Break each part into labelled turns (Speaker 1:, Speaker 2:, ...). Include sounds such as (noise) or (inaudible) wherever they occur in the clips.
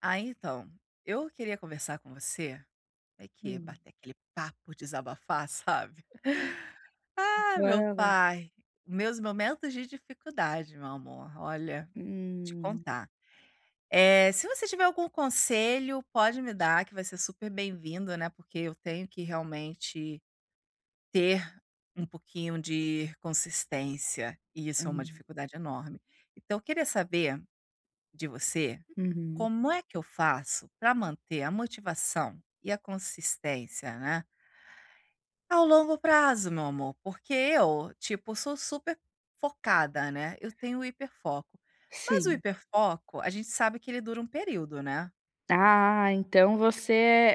Speaker 1: Ah, então, eu queria conversar com você, é que
Speaker 2: Hum.
Speaker 1: bater aquele papo, desabafar, (laughs) sabe? Ah, meu
Speaker 2: Bora lá.
Speaker 1: pai, meus momentos de dificuldade, meu amor, olha, te
Speaker 2: Hum,
Speaker 1: contar. Se você tiver algum conselho, pode me dar, que vai ser super bem-vindo, né, porque eu tenho que realmente ter um pouquinho de consistência, e isso é uma
Speaker 2: hum,
Speaker 1: dificuldade enorme. Então eu queria saber de você.
Speaker 2: uhum.
Speaker 1: Como é que eu faço para manter a motivação e a consistência, né, ao longo prazo, meu amor? Porque eu, tipo, sou super focada, né, eu tenho hiperfoco. Mas o
Speaker 2: Sim.
Speaker 1: hiperfoco, a gente sabe que ele dura um período, né.
Speaker 2: Ah, então você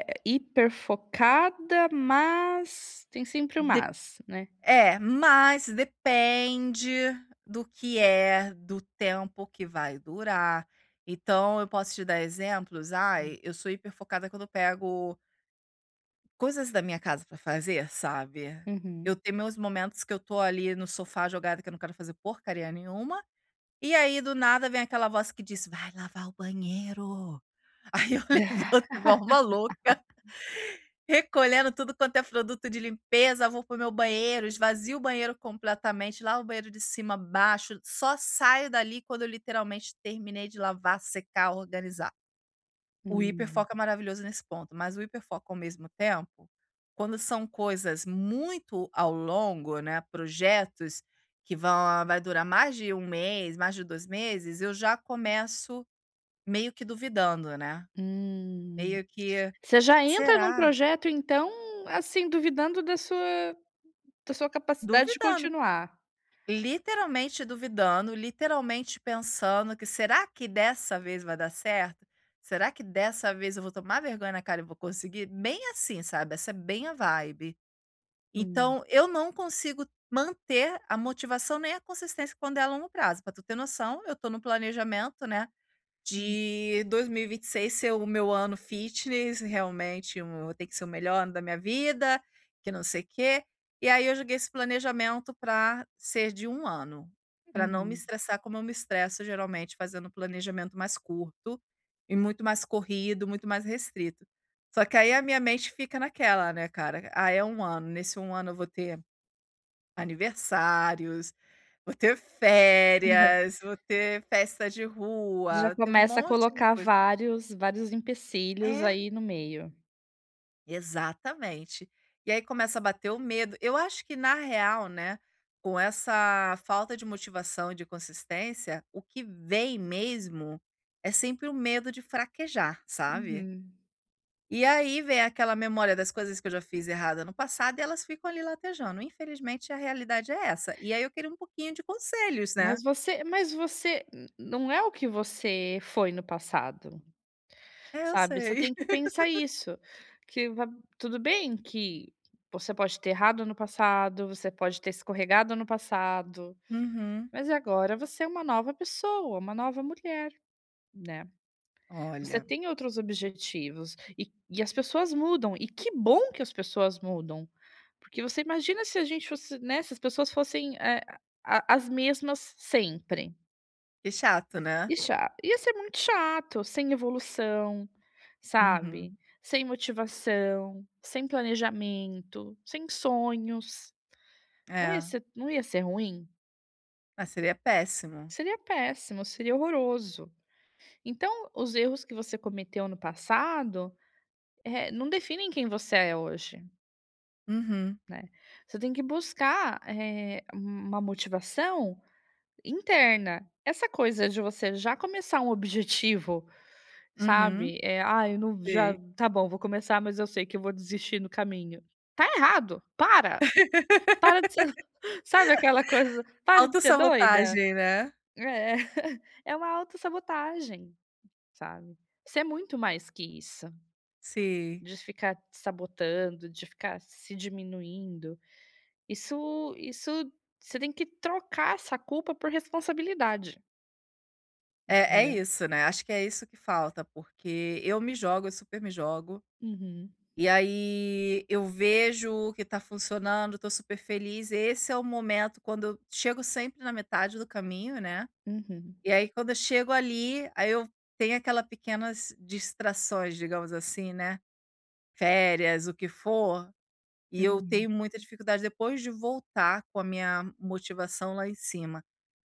Speaker 2: é hiper focada, mas tem sempre o
Speaker 1: De
Speaker 2: mas, né.
Speaker 1: É, mas depende do que é, do tempo que vai durar. Então eu posso te dar exemplos, ai, eu sou hiperfocada quando eu pego coisas da minha casa pra fazer, sabe.
Speaker 2: Uhum.
Speaker 1: Eu tenho meus momentos que eu tô ali no sofá jogada, que eu não quero fazer porcaria nenhuma, e aí do nada vem aquela voz que diz: "Vai lavar o banheiro". Aí eu (laughs)
Speaker 2: (laughs)
Speaker 1: levanto igual uma louca, recolhendo tudo quanto é produto de limpeza, vou pro meu banheiro, esvazio o banheiro completamente, lavo o banheiro de cima a baixo, só saio dali quando eu literalmente terminei de lavar, secar, organizar. O
Speaker 2: Hum,
Speaker 1: hiperfoco é maravilhoso nesse ponto, mas o hiperfoco ao mesmo tempo, quando são coisas muito ao longo, né, projetos que vão vai durar mais de um mês, mais de 2 meses, eu já começo meio que duvidando, né,
Speaker 2: hum.
Speaker 1: meio que:
Speaker 2: Você já entra num
Speaker 1: "Será?"
Speaker 2: projeto, então, assim, duvidando da sua capacidade de
Speaker 1: Duvidando,
Speaker 2: continuar.
Speaker 1: duvidando, literalmente pensando que: "Será que dessa vez vai dar certo? Será que dessa vez eu vou tomar vergonha na cara e vou conseguir?" Bem assim, sabe, essa é bem a vibe.
Speaker 2: Hum,
Speaker 1: Então, eu não consigo manter a motivação nem a consistência quando é a longo prazo. Para tu ter noção, eu estou no planejamento, né, de 2026 ser o meu ano fitness, realmente um tem que ser o melhor ano da minha vida, que não sei o quê. E aí eu joguei esse planejamento para ser de um ano, para não me
Speaker 2: uhum.
Speaker 1: estressar como eu me estresso geralmente fazendo um planejamento mais curto, e muito mais corrido, muito mais restrito. Só que aí a minha mente fica naquela, né, cara: "Ah, é um ano, nesse um ano eu vou ter aniversários, vou ter
Speaker 2: (laughs) Já
Speaker 1: férias, vou ter festa de
Speaker 2: já
Speaker 1: rua, tem um
Speaker 2: começa a
Speaker 1: monte de
Speaker 2: colocar
Speaker 1: coisa".
Speaker 2: vários empecilhos
Speaker 1: É,
Speaker 2: aí no meio.
Speaker 1: exatamente. E aí começa a bater o medo. Eu acho que na real, né, com essa falta de motivação e de consistência, o que vem mesmo é sempre o medo de fraquejar, sabe.
Speaker 2: Uhum.
Speaker 1: E aí vem aquela memória das coisas que eu já fiz errada no passado e elas ficam ali latejando, infelizmente a realidade é essa. E aí eu queria um pouquinho de conselhos, né.
Speaker 2: Mas você n não é o que você foi no passado,
Speaker 1: É, eu
Speaker 2: sabe, você
Speaker 1: sei.
Speaker 2: tem que pensar isso, que va tudo bem que você pode ter errado no passado, você pode ter escorregado no passado,
Speaker 1: Uhum.
Speaker 2: mas agora você é uma nova pessoa, uma nova mulher, né. Você
Speaker 1: Olha,
Speaker 2: tem outros objetivos e as pessoas mudam, e que bom que as pessoas mudam, porque você imagina se a gente fosse né, se as pessoas fossem, a as mesmas sempre.
Speaker 1: que chato, né.
Speaker 2: E cha ia ser muito chato, sem evolução, sabe,
Speaker 1: Uhum.
Speaker 2: sem motivação, sem planejamento, sem sonhos. Não ia
Speaker 1: É.
Speaker 2: ser não ia ser ruim?
Speaker 1: Ah, seria péssimo.
Speaker 2: Seria péssimo, seria horroroso. Então, os erros que você cometeu no passado, não definem quem você é hoje,
Speaker 1: Uhum,
Speaker 2: né. Você tem que buscar, uma motivação interna. Essa coisa de você já começar um objetivo.
Speaker 1: uhum.
Speaker 2: Sabe, é "Ah, eu não já
Speaker 1: Sim.
Speaker 2: tá bom, vou começar, mas eu sei que eu vou desistir no caminho". Tá errado, para de ser (laughs) sabe aquela coisa, para de ser doida.
Speaker 1: Autossabotagem, né.
Speaker 2: É, (laughs) é uma autossabotagem, sabe. Você é muito mais que isso,
Speaker 1: Sim.
Speaker 2: de ficar te sabotando, de ficar se diminuindo. Isso você tem que trocar essa culpa por responsabilidade,
Speaker 1: É é
Speaker 2: entendeu.
Speaker 1: isso, né, acho que é isso que falta, porque eu me jogo, eu super me jogo,
Speaker 2: Uhum,
Speaker 1: e aí eu vejo o que tá funcionando, tô super feliz, esse é o momento quando eu chego sempre na metade do caminho, né.
Speaker 2: uhum,
Speaker 1: E aí quando eu chego ali, aí eu tenho aquelas pequenas distrações, digamos assim, né, férias, o que for, e eu
Speaker 2: uhum,
Speaker 1: tenho muita dificuldade depois de voltar com a minha motivação lá em cima.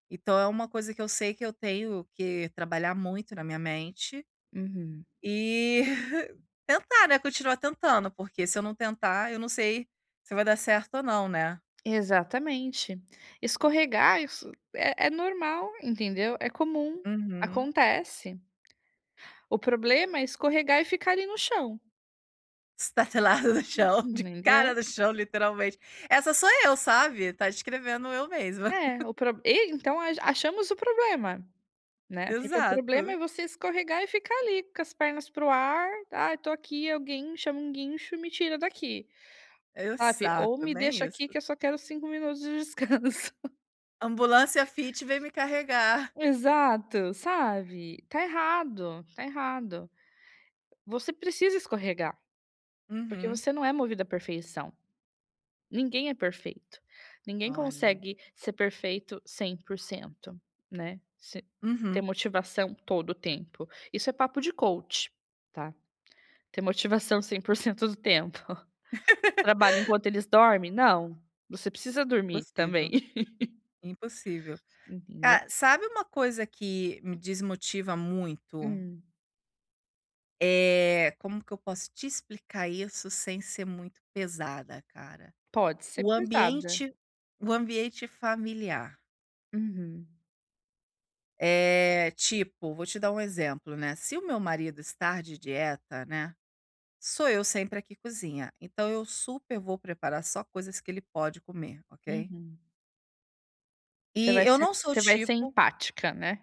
Speaker 1: Então é uma coisa que eu sei que eu tenho que trabalhar muito na minha mente
Speaker 2: uhum.
Speaker 1: e (laughs) tentar, né, continuar tentando, porque se eu não tentar, eu não sei se vai dar certo ou não, né.
Speaker 2: Exatamente. Escorregar isso é normal, entendeu? É comum,
Speaker 1: Uhum.
Speaker 2: acontece. O problema é escorregar e ficar ali no chão,
Speaker 1: Estatelada no chão, de cara
Speaker 2: entendeu?
Speaker 1: no chão, literalmente. Essa sou eu, sabe, tá descrevendo eu mesma.
Speaker 2: É, o pro e então a achamos o problema,
Speaker 1: (laughs)
Speaker 2: né, porque o problema
Speaker 1: Exato,
Speaker 2: é você escorregar e ficar ali com as pernas pro o ar, "Ai, tô aqui, alguém chama um guincho e me tira daqui", sabe? Ou
Speaker 1: exato,
Speaker 2: "Me
Speaker 1: bem
Speaker 2: deixa
Speaker 1: isso.
Speaker 2: aqui que eu só quero 5 minutos de (laughs) descanso".
Speaker 1: Ambulância fit vem me carregar.
Speaker 2: Exato, sabe? Tá errado, tá errado. Você precisa escorregar. Porque
Speaker 1: Uhum.
Speaker 2: você não é movido à perfeição. Ninguém é perfeito. Ninguém
Speaker 1: Olha.
Speaker 2: consegue ser perfeito 100%, né. Se ter
Speaker 1: Uhum.
Speaker 2: motivação todo o tempo. Isso é papo de coach, tá. Ter motivação 100% do tempo. (laughs) Trabalha enquanto eles dormem? Não, você precisa dormir também,
Speaker 1: Impossível,
Speaker 2: (laughs)
Speaker 1: impossível.
Speaker 2: entendeu.
Speaker 1: Ca sabe uma coisa que me desmotiva muito?
Speaker 2: Hum,
Speaker 1: É como que eu posso te explicar isso sem ser muito pesada, cara?
Speaker 2: pode ser
Speaker 1: O
Speaker 2: pesada.
Speaker 1: ambiente, o ambiente familiar.
Speaker 2: Uhum,
Speaker 1: Tipo, vou te dar um exemplo, né, se o meu marido estar de dieta, né, sou eu sempre a que cozinha, então eu super vou preparar só coisas que ele pode comer, ok.
Speaker 2: uhum. Você
Speaker 1: E
Speaker 2: vai
Speaker 1: eu
Speaker 2: ser
Speaker 1: não sou o
Speaker 2: você vai ser
Speaker 1: tipo.
Speaker 2: empática, né.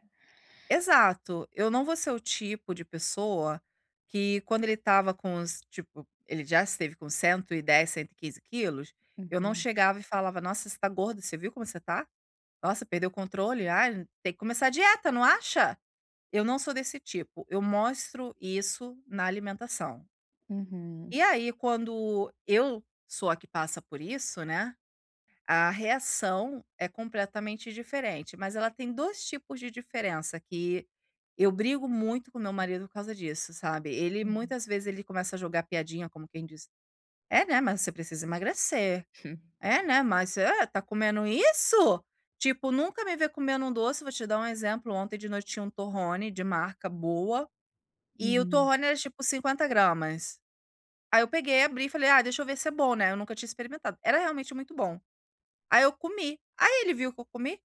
Speaker 1: Exato, eu não vou ser o tipo de pessoa que quando ele estava com os tipo, ele já esteve com cento e dez, cento e quinze quilos, eu não
Speaker 2: Uhum,
Speaker 1: chegava e falava: "Nossa, você está gordo, você viu como você tá? Nossa, perdeu o controle, ai, tem que começar a dieta, não acha?". Eu não sou desse tipo, eu mostro isso na alimentação.
Speaker 2: uhum,
Speaker 1: E aí, quando eu sou a que passa por isso, né, a reação é completamente diferente, mas ela tem 2 tipos de diferença que eu brigo muito com meu marido por causa disso, sabe. Ele
Speaker 2: uhum,
Speaker 1: muitas vezes ele começa a jogar piadinha, como quem diz: "É, né, mas você precisa emagrecer.
Speaker 2: (laughs)
Speaker 1: É, né, mas é, tá comendo isso?". Tipo, nunca me vê comendo um doce, vou te dar um exemplo, ontem de noite tinha um torrone de marca boa, e o
Speaker 2: uhum.
Speaker 1: torrone era tipo 50 gramas. Aí eu peguei, abri e falei: "Ah, deixa eu ver se é bom, né", eu nunca tinha experimentado. Era realmente muito bom. Aí eu comi. Aí ele viu que eu comi,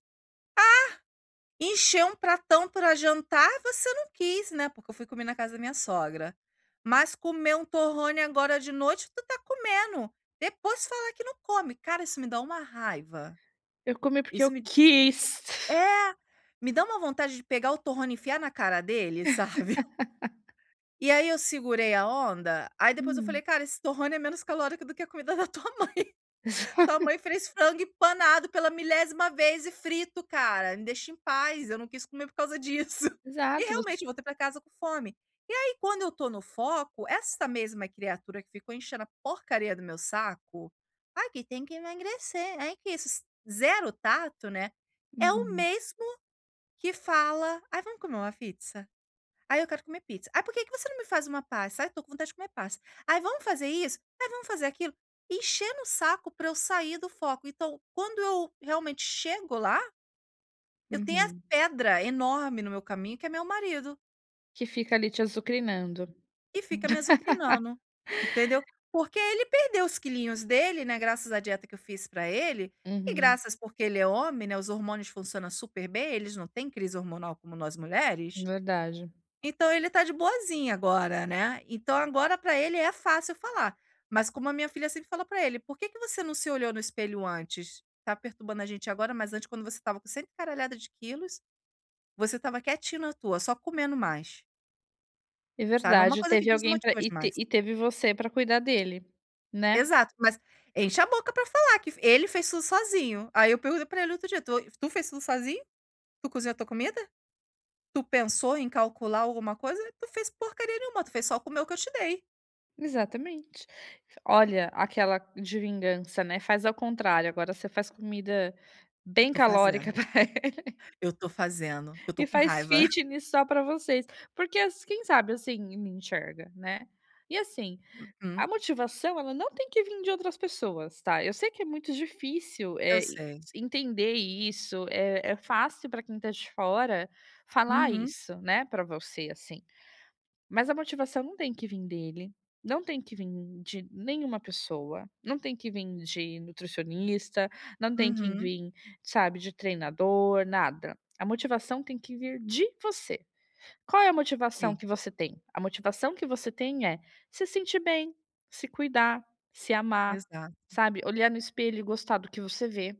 Speaker 1: encheu um pratão pra jantar, "você não quis, né", porque eu fui comer na casa da minha sogra. "Mas comer um torrone agora de noite, tu tá comendo, depois falar que não come". Cara, isso me dá uma raiva.
Speaker 2: Eu comi porque eu
Speaker 1: Isso me
Speaker 2: quis.
Speaker 1: é, Me dá uma vontade de pegar o torrone e enfiar na cara dele, (laughs) sabe. E aí eu segurei a onda, aí depois eu falei:
Speaker 2: Hum.
Speaker 1: "Cara, esse torrone é menos calórico do que a comida da tua mãe. (laughs) Tua
Speaker 2: (laughs)
Speaker 1: mãe fez frango empanado pela milésima vez e frito, cara, me deixa em paz, eu não quis comer por causa disso". (laughs) E
Speaker 2: Exato, você
Speaker 1: realmente, eu voltei pra casa com fome. E aí, quando eu tô no foco, essa mesma criatura que ficou enchendo a porcaria do meu saco: "Ai, que tem que emagrecer, ai que isso", zero tato, né, é o
Speaker 2: uhum,
Speaker 1: mesmo que fala: "Ai, vamos comer uma pizza?". Aí eu quero comer pizza. Aí por que que você não me faz uma pasta?", "Ai, tô com vontade de comer pasta". Aí vamos fazer isso?", Aí vamos fazer aquilo?". Enchendo o saco pra eu sair do foco. Então, quando eu realmente chego lá, eu tenho a
Speaker 2: uhum.
Speaker 1: pedra enorme no meu caminho, que é meu marido,
Speaker 2: Que fica ali te azucrinando.
Speaker 1: e fica me
Speaker 2: (laughs)
Speaker 1: azucrinando, entendeu. Porque ele perdeu os quilinhos dele, né, graças à dieta que eu fiz pra ele, e
Speaker 2: Uhum,
Speaker 1: graças porque ele é homem, né, os hormônios funcionam super bem, eles não têm crise hormonal como nós mulheres.
Speaker 2: verdade.
Speaker 1: Então ele tá de boazinha agora, né. Então agora pra ele é fácil falar, mas como a minha filha sempre fala pra ele: "Por que que você não se olhou no espelho antes? Tá perturbando a gente agora, mas antes quando você estava com cento e caralhada de quilos, você estava quietinho na tua, só comendo mais",
Speaker 2: É
Speaker 1: sabe. É uma
Speaker 2: verdade,
Speaker 1: coisa que
Speaker 2: teve alguém para
Speaker 1: desmotiva
Speaker 2: e te
Speaker 1: demais.
Speaker 2: e teve você para cuidar dele, né.
Speaker 1: Exato, mas enche a boca pra falar que ele fez tudo sozinho. Aí eu perguntei pra ele outro dia: "Tu fez tudo sozinho? Tu cozinhou a tua comida? Tu pensou em calcular alguma coisa? Tu fez porcaria nenhuma, tu fez só comer o que eu te dei".
Speaker 2: Exatamente. Olha, aquela de vingança, né, faz ao contrário, agora você faz comida bem
Speaker 1: "Tô
Speaker 2: calórica (laughs)
Speaker 1: fazendo".
Speaker 2: pra ele
Speaker 1: Eu tô fazendo, que eu tô
Speaker 2: e
Speaker 1: com
Speaker 2: faz
Speaker 1: raiva. (laughs)
Speaker 2: fitness só para vocês, porque as quem sabe assim, me enxerga, né. E assim,
Speaker 1: Hum,
Speaker 2: a motivação ela não tem que vir de outras pessoas, tá. Eu sei que é muito difícil,
Speaker 1: eu
Speaker 2: e
Speaker 1: sei.
Speaker 2: entender isso, é fácil para quem tá de fora falar
Speaker 1: Uhum,
Speaker 2: isso, né, para você, assim. Mas a motivação não tem que vir dele, não tem que vir de nenhuma pessoa, não tem que vir de nutricionista, não tem que
Speaker 1: uhum.
Speaker 2: vir, sabe, de treinador, nada. A motivação tem que vir de você. Qual é a motivação
Speaker 1: Sim,
Speaker 2: que você tem? A motivação que você tem é se sentir bem, se cuidar, se amar,
Speaker 1: exato.
Speaker 2: sabe? Olhar no espelho e gostar do que você vê.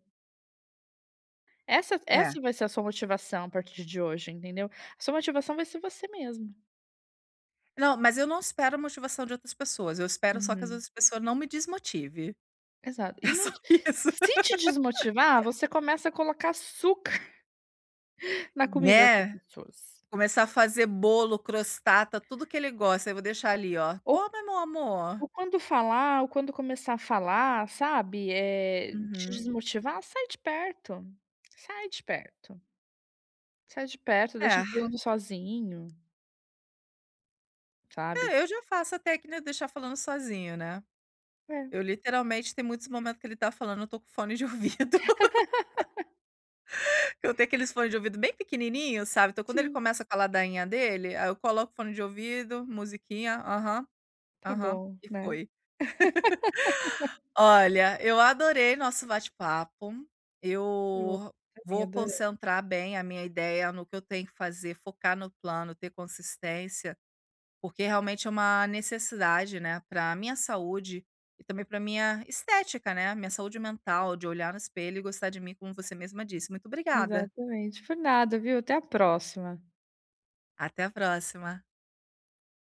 Speaker 2: Essa
Speaker 1: É.
Speaker 2: essa vai ser a sua motivação a partir de hoje, entendeu? A sua motivação vai ser você mesmo.
Speaker 1: Não, mas eu não espero a motivação de outras pessoas, eu espero só que as
Speaker 2: Uhum,
Speaker 1: outras pessoas não me desmotive,
Speaker 2: exato.
Speaker 1: (laughs)
Speaker 2: E
Speaker 1: é
Speaker 2: não,
Speaker 1: só isso.
Speaker 2: se te desmotivar, você começa a colocar açúcar (laughs) na comida das
Speaker 1: Né.
Speaker 2: pessoas.
Speaker 1: Começar a fazer bolo, crostata, tudo que ele gosta, eu vou deixar ali, ó:
Speaker 2: Ou
Speaker 1: "Come, meu amor".
Speaker 2: ou quando falar, ou quando começar a falar, sabe, é te
Speaker 1: Uhum.
Speaker 2: desmotivar, sai de perto, sai de perto. Sai de perto, deixa
Speaker 1: É,
Speaker 2: pulando sozinho, sabe.
Speaker 1: é, eu já faço a técnica de deixar falando sozinho, né.
Speaker 2: É,
Speaker 1: Eu literalmente tem muitos momentos que ele tá falando, eu tô com fone de (laughs) ouvido. Eu tenho aqueles fones de ouvido bem pequenininhos, sabe, então quando ele
Speaker 2: sim,
Speaker 1: começa com a ladainha dele, aí eu coloco fone de ouvido, musiquinha, aham,
Speaker 2: tá
Speaker 1: aham,
Speaker 2: bom,
Speaker 1: e
Speaker 2: né.
Speaker 1: foi. Olha, eu adorei nosso bate-papo,
Speaker 2: Eu
Speaker 1: eu
Speaker 2: também
Speaker 1: vou
Speaker 2: adorei.
Speaker 1: concentrar bem a minha ideia no que eu tenho que fazer, focar no plano, ter consistência, porque realmente é uma necessidade, né, pra minha saúde e também pra minha estética, né, minha saúde mental, de olhar no espelho e gostar de mim, como você mesma disse. Muito obrigada,
Speaker 2: Exatamente. Por nada, viu, até a próxima.
Speaker 1: até a próxima.